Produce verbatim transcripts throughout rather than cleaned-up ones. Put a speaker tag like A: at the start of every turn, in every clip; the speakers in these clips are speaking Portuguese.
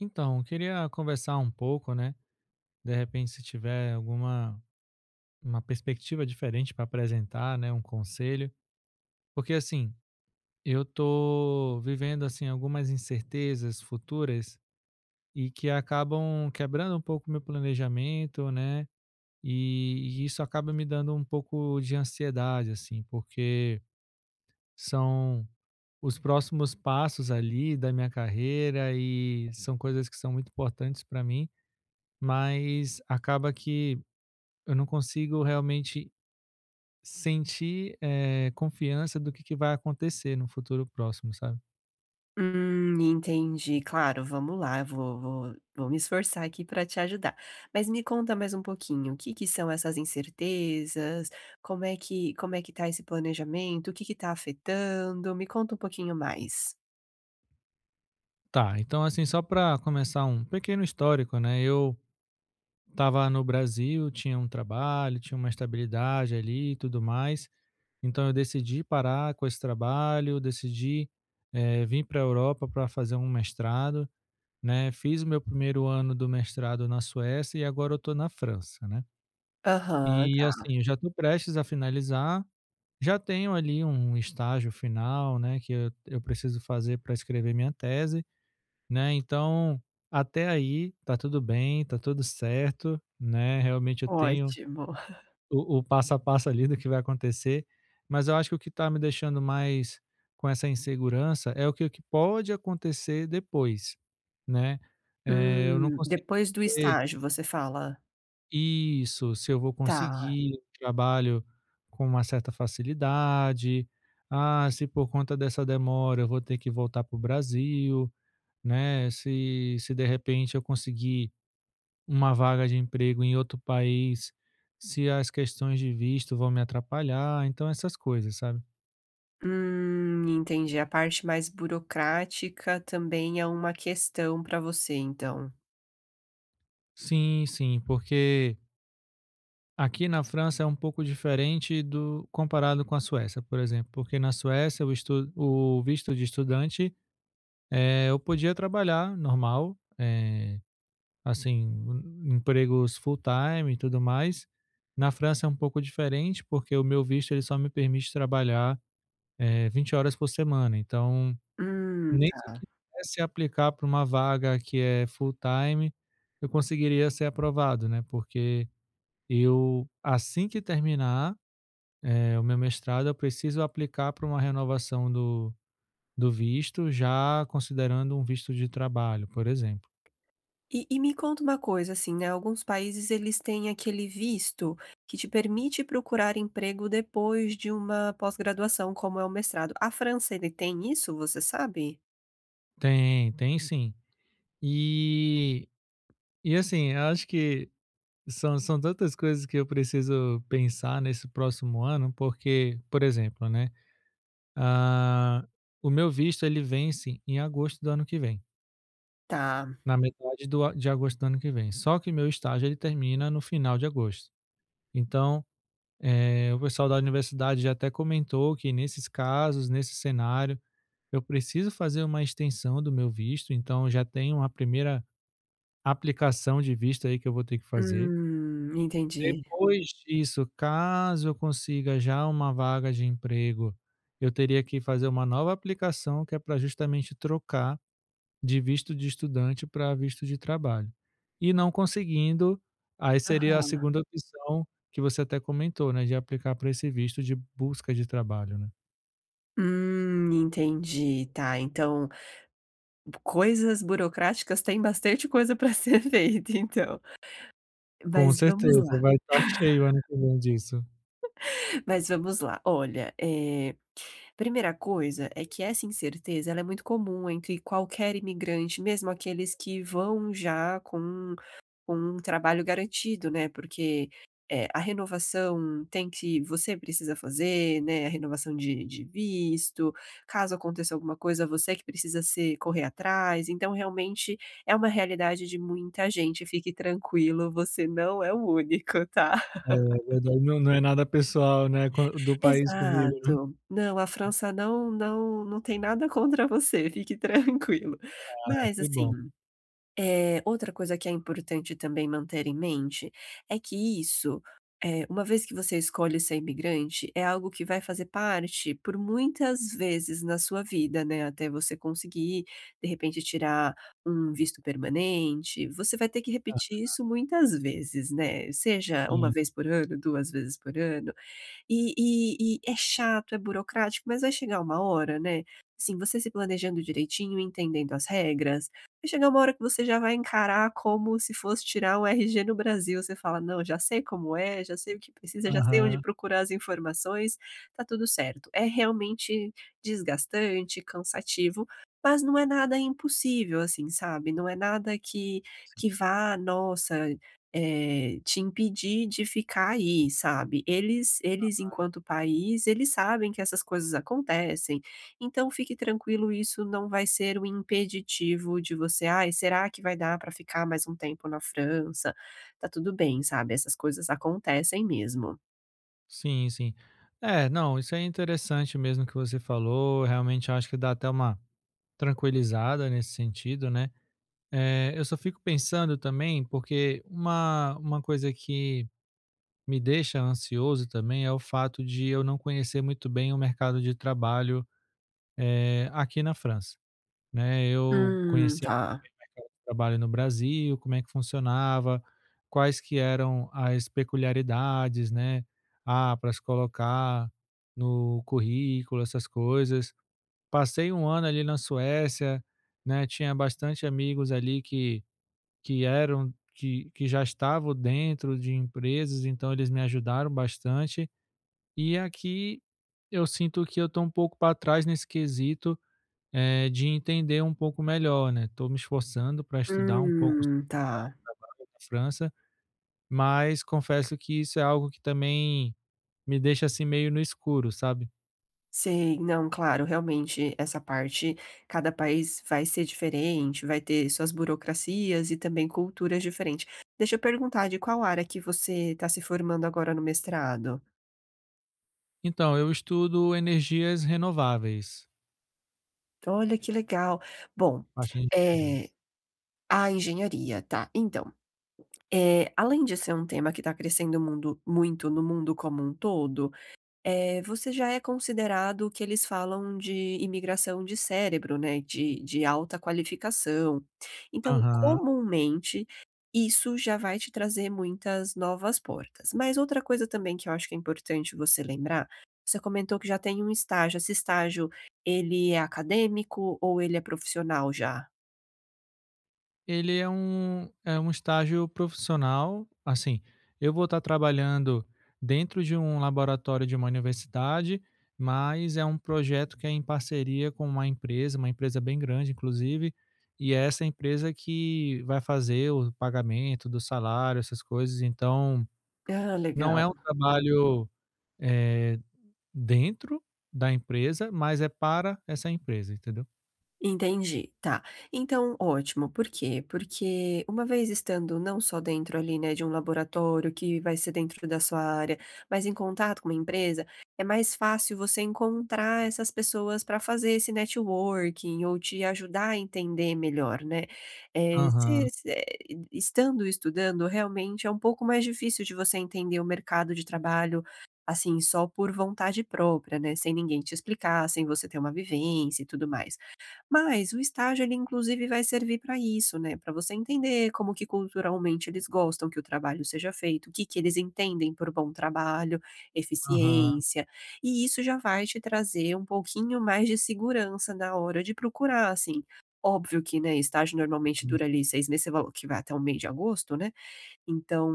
A: Então, eu queria conversar um pouco, né? De repente, se tiver alguma uma perspectiva diferente para apresentar, né? Um conselho, porque assim eu tô vivendo assim algumas incertezas futuras e que acabam quebrando um pouco meu planejamento, né? E, e isso acaba me dando um pouco de ansiedade, assim, porque são os próximos passos ali da minha carreira e são coisas que são muito importantes para mim, mas acaba que eu não consigo realmente sentir, eh, confiança do que que vai acontecer no futuro próximo, sabe.
B: Hum, entendi. Claro, vamos lá, eu vou vou vou me esforçar aqui para te ajudar. Mas me conta mais um pouquinho, o que que são essas incertezas? Como é que como é que tá esse planejamento? O que que tá afetando? Me conta um pouquinho mais.
A: Tá, então, assim, só para começar um pequeno histórico, né, eu estava no Brasil, tinha um trabalho, tinha uma estabilidade ali e tudo mais, então eu decidi parar com esse trabalho, decidi, eh, vir para a Europa para fazer um mestrado, né, fiz o meu primeiro ano do mestrado na Suécia e agora eu tô na França, né.
B: Aham,
A: E,
B: tá,
A: assim, eu já tô prestes a finalizar. Já tenho ali um estágio final, né, que eu eu preciso fazer para escrever minha tese, né, então até aí tá tudo bem, tá tudo certo, né, realmente eu tenho
B: ótimo.
A: o o passo a passo ali do que vai acontecer, mas eu acho que o que tá me deixando mais com essa insegurança é o que o que pode acontecer depois, né. Eh, eu não
B: Hum,
A: consigo,
B: depois do estágio, você fala?
A: isso, se eu vou
B: Tá.
A: conseguir um trabalho com uma certa facilidade, ah, se por conta dessa demora eu vou ter que voltar para o Brasil, né? Se, se de repente eu conseguir uma vaga de emprego em outro país, se as questões de visto vão me atrapalhar, então essas coisas, sabe?
B: Hum, entendi. A parte mais burocrática também é uma questão para você, então.
A: Sim, sim, porque aqui na França é um pouco diferente do comparado com a Suécia, por exemplo, porque na Suécia o, estu, o visto de estudante. Eh, eu podia trabalhar normal, eh, assim, em empregos full time e tudo mais. Na França é um pouco diferente, porque o meu visto ele só me permite trabalhar, eh, vinte horas por semana. Então,
B: Hum,
A: nem se eu
B: tá.
A: quisesse aplicar para uma vaga que é full time, eu conseguiria ser aprovado, né? Porque eu, assim que terminar, eh, o meu mestrado, eu preciso aplicar para uma renovação do, do visto, já considerando um visto de trabalho, por exemplo.
B: E e me conta uma coisa, assim, né, alguns países eles têm aquele visto que te permite procurar emprego depois de uma pós-graduação, como é o mestrado. A França, ele tem isso, você sabe?
A: Tem, tem sim. E e assim, eu acho que são são tantas coisas que eu preciso pensar nesse próximo ano, porque, por exemplo, né, ah, o meu visto ele vence em agosto do ano que vem,
B: Tá.
A: na metade do a de agosto do ano que vem, só que meu estágio ele termina no final de agosto. Então, eh, o pessoal da universidade já até comentou que nesses casos, nesse cenário, eu preciso fazer uma extensão do meu visto, então já tem uma primeira aplicação de visto aí que eu vou ter que fazer.
B: Hum, entendi.
A: Depois disso, caso eu consiga já uma vaga de emprego, eu teria que fazer uma nova aplicação que é para justamente trocar de visto de estudante para visto de trabalho. E não conseguindo, aí seria a
B: Aham.
A: segunda opção que você até comentou, né, de aplicar para esse visto de busca de trabalho, né.
B: Hum, entendi, tá. Então, coisas burocráticas tem bastante coisa para ser feita, então.
A: Com
B: Mas vamos
A: certeza,
B: lá,
A: vai estar cheio ano que vem disso.
B: mas vamos lá. Olha, eh Primeira coisa é que essa incerteza, ela é muito comum entre qualquer imigrante, mesmo aqueles que vão já com com um trabalho garantido, né, porque, eh, a renovação tem que você precisa fazer, né, a renovação de de visto, caso aconteça alguma coisa, você que precisa se correr atrás, então realmente é uma realidade de muita gente, fique tranquilo, você não é o único, tá?
A: É verdade, não não é nada pessoal, né, com do país comigo, né.
B: Exato. Não, a França não não não tem nada contra você, fique tranquilo.
A: Ah,
B: Mas
A: que
B: assim,
A: bom.
B: eh, outra coisa que é importante também manter em mente, é que isso, eh, uma vez que você escolhe ser imigrante, é algo que vai fazer parte por muitas vezes na sua vida, né, até você conseguir, de repente, tirar um visto permanente, você vai ter que repetir isso muitas vezes, né, seja uma vez por ano, duas vezes por ano. E e e é chato, é burocrático, mas vai chegar uma hora, né, assim, você se planejando direitinho, entendendo as regras, vai chegar uma hora que você já vai encarar como se fosse tirar um R G no Brasil, você fala: "Não, já sei como é, já sei o que precisa, já sei onde
A: Aham.
B: procurar as informações, tá tudo certo". É realmente desgastante, cansativo, mas não é nada impossível, assim, sabe, não é nada que que vá, nossa eh, te impedir de ficar aí, sabe. Eles eles enquanto país, eles sabem que essas coisas acontecem, então fique tranquilo, isso não vai ser um impeditivo de você: "Ai, será que vai dar para ficar mais um tempo na França?". Tá tudo bem, sabe, essas coisas acontecem mesmo.
A: Sim, sim. É, não, isso é interessante mesmo que você falou. Realmente acho que dá até uma tranquilizada nesse sentido, né? Eh, eu só fico pensando também, porque uma, uma coisa que me deixa ansioso também é o fato de eu não conhecer muito bem o mercado de trabalho, eh, aqui na França, né? Eu
B: Hum,
A: conheci
B: tá.
A: mercado de trabalho no Brasil, como é que funcionava, quais que eram as peculiaridades, né, ah, para se colocar no currículo, essas coisas. Passei um ano ali na Suécia, né, tinha bastante amigos ali que que eram que que já estavam dentro de empresas, então eles me ajudaram bastante. E aqui eu sinto que eu estou um pouco para trás nesse quesito, eh, de entender um pouco melhor, né, estou me esforçando para estudar um pouco
B: Hum, tá.
A: França, mas confesso que isso é algo que também me deixa assim meio no escuro, sabe.
B: Sei, não, claro, realmente essa parte, cada país vai ser diferente, vai ter suas burocracias e também culturas diferentes. Deixa eu perguntar de qual área que você está se formando agora no mestrado?
A: Então, eu estudo energias renováveis,
B: Olha que legal. Bom,
A: parte de engenharia.
B: eh, a engenharia, tá. Então, eh, além de ser um tema que está crescendo mundo muito no mundo como um todo, Eh, você já é considerado o que eles falam de imigração de cérebro, né, de de alta qualificação. Então,
A: Aham.
B: comumente, isso já vai te trazer muitas novas portas. Mas outra coisa também que eu acho que é importante você lembrar, você comentou que já tem um estágio, esse estágio, ele é acadêmico ou ele é profissional já?
A: Ele é um é um estágio profissional, assim, eu vou estar trabalhando dentro de um laboratório de uma universidade, mas é um projeto que é em parceria com uma empresa, uma empresa bem grande inclusive, e é essa empresa que vai fazer o pagamento do salário, essas coisas, então,
B: Ah,
A: não
B: legal.
A: é um trabalho, eh, dentro da empresa, mas é para essa empresa, entendeu?
B: Entendi, tá. Então, ótimo. Por quê? Porque uma vez estando não só dentro ali, né, de um laboratório que vai ser dentro da sua área, mas em contato com uma empresa, é mais fácil você encontrar essas pessoas para fazer esse networking ou te ajudar a entender melhor, né? Eh, se-
A: Aham,
B: se- eh, estando estudando, realmente é um pouco mais difícil de você entender o mercado de trabalho. Assim, só por vontade própria, né? Sem ninguém te explicar, sem você ter uma vivência e tudo mais. Mas o estágio ele inclusive vai servir para isso, né, para você entender como que culturalmente eles gostam que o trabalho seja feito, o que que eles entendem por bom trabalho,
A: aham.
B: eficiência, e isso já vai te trazer um pouquinho mais de segurança na hora de procurar, assim. Óbvio que, né, estágio normalmente dura ali seis meses, você falou que vai até o mês de agosto, né, então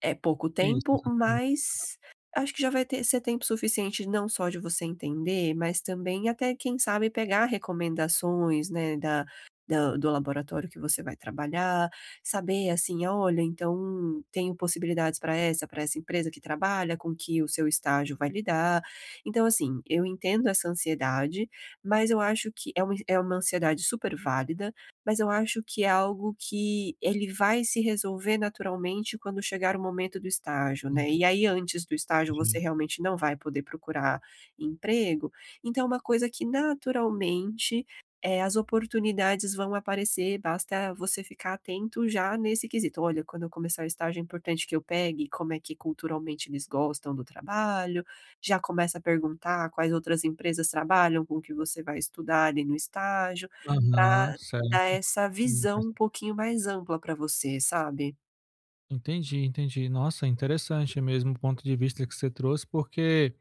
B: é pouco
A: Isso,
B: tempo,
A: exatamente.
B: mas acho que já vai ter ser tempo suficiente não só de você entender, mas também até quem sabe pegar recomendações, né, da da do laboratório que você vai trabalhar, saber assim: ah, "Olha, então tenho possibilidades para essa, para essa empresa que trabalha, com que o seu estágio vai lidar". Então assim, eu entendo essa ansiedade, mas eu acho que é uma é uma ansiedade super válida, mas eu acho que é algo que ele vai se resolver naturalmente quando chegar o momento do estágio, né. E aí antes do estágio você
A: Entendi.
B: realmente não vai poder procurar emprego, então é uma coisa que naturalmente, eh, as oportunidades vão aparecer, basta você ficar atento já nesse quesito: "Olha, quando eu começar o estágio é importante que eu pegue como é que culturalmente eles gostam do trabalho", já começa a perguntar quais outras empresas trabalham com o que você vai estudar ali no estágio,
A: Aham,
B: para dá
A: certo.
B: essa
A: Hum,
B: visão
A: faz
B: um
A: sen-
B: pouquinho mais ampla pra você, sabe?
A: entendi, entendi. Nossa, interessante mesmo o ponto de vista que você trouxe, porque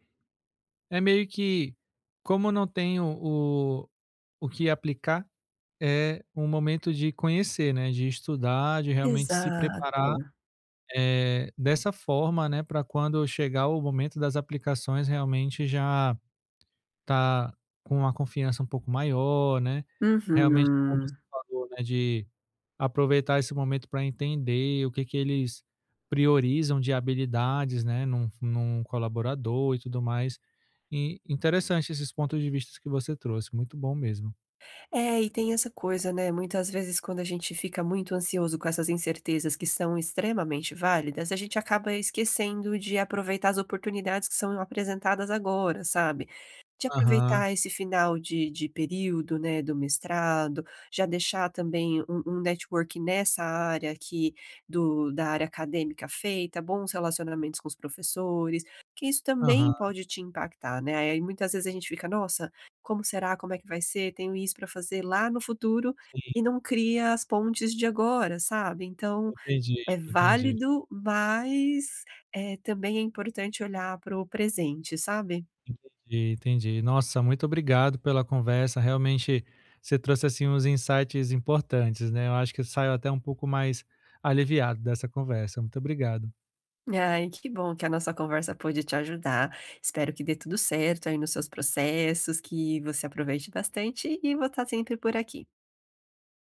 A: é meio que como eu não tenho o o que aplicar, é um momento de conhecer, né, de estudar, de realmente se
B: Exato.
A: preparar. Eh, dessa forma, né, para quando chegar o momento das aplicações, realmente já tá com uma confiança um pouco maior, né. Realmente, como você
B: Uhum.
A: falou, né, de aproveitar esse momento para entender o que que eles priorizam de habilidades, né, num num colaborador e tudo mais. E interessante esses pontos de vista que você trouxe, muito bom mesmo.
B: É, e tem essa coisa, né, muitas vezes quando a gente fica muito ansioso com essas incertezas que são extremamente válidas, a gente acaba esquecendo de aproveitar as oportunidades que são apresentadas agora, sabe? De
A: Aham,
B: aproveitar esse final de de período, né, do mestrado, já deixar também um um networking nessa área aqui do da área acadêmica feita, bons relacionamentos com os professores, que isso também
A: aham,
B: pode te impactar, né, aí muitas vezes a gente fica: "Nossa, como será? Como é que vai ser? Tenho isso para fazer lá no futuro", e
A: sim,
B: não cria as pontes de agora, sabe. Então,
A: entendi,
B: é
A: entendi.
B: válido, mas, eh, também é importante olhar para o presente, sabe.
A: Entendi, entendi. Nossa, muito obrigado pela conversa. Realmente você trouxe assim uns insights importantes, né? Eu acho que eu saio até um pouco mais aliviado dessa conversa. Muito obrigado.
B: Ai, que bom que a nossa conversa pôde te ajudar. Espero que dê tudo certo aí nos seus processos, que você aproveite bastante e vou estar sempre por aqui.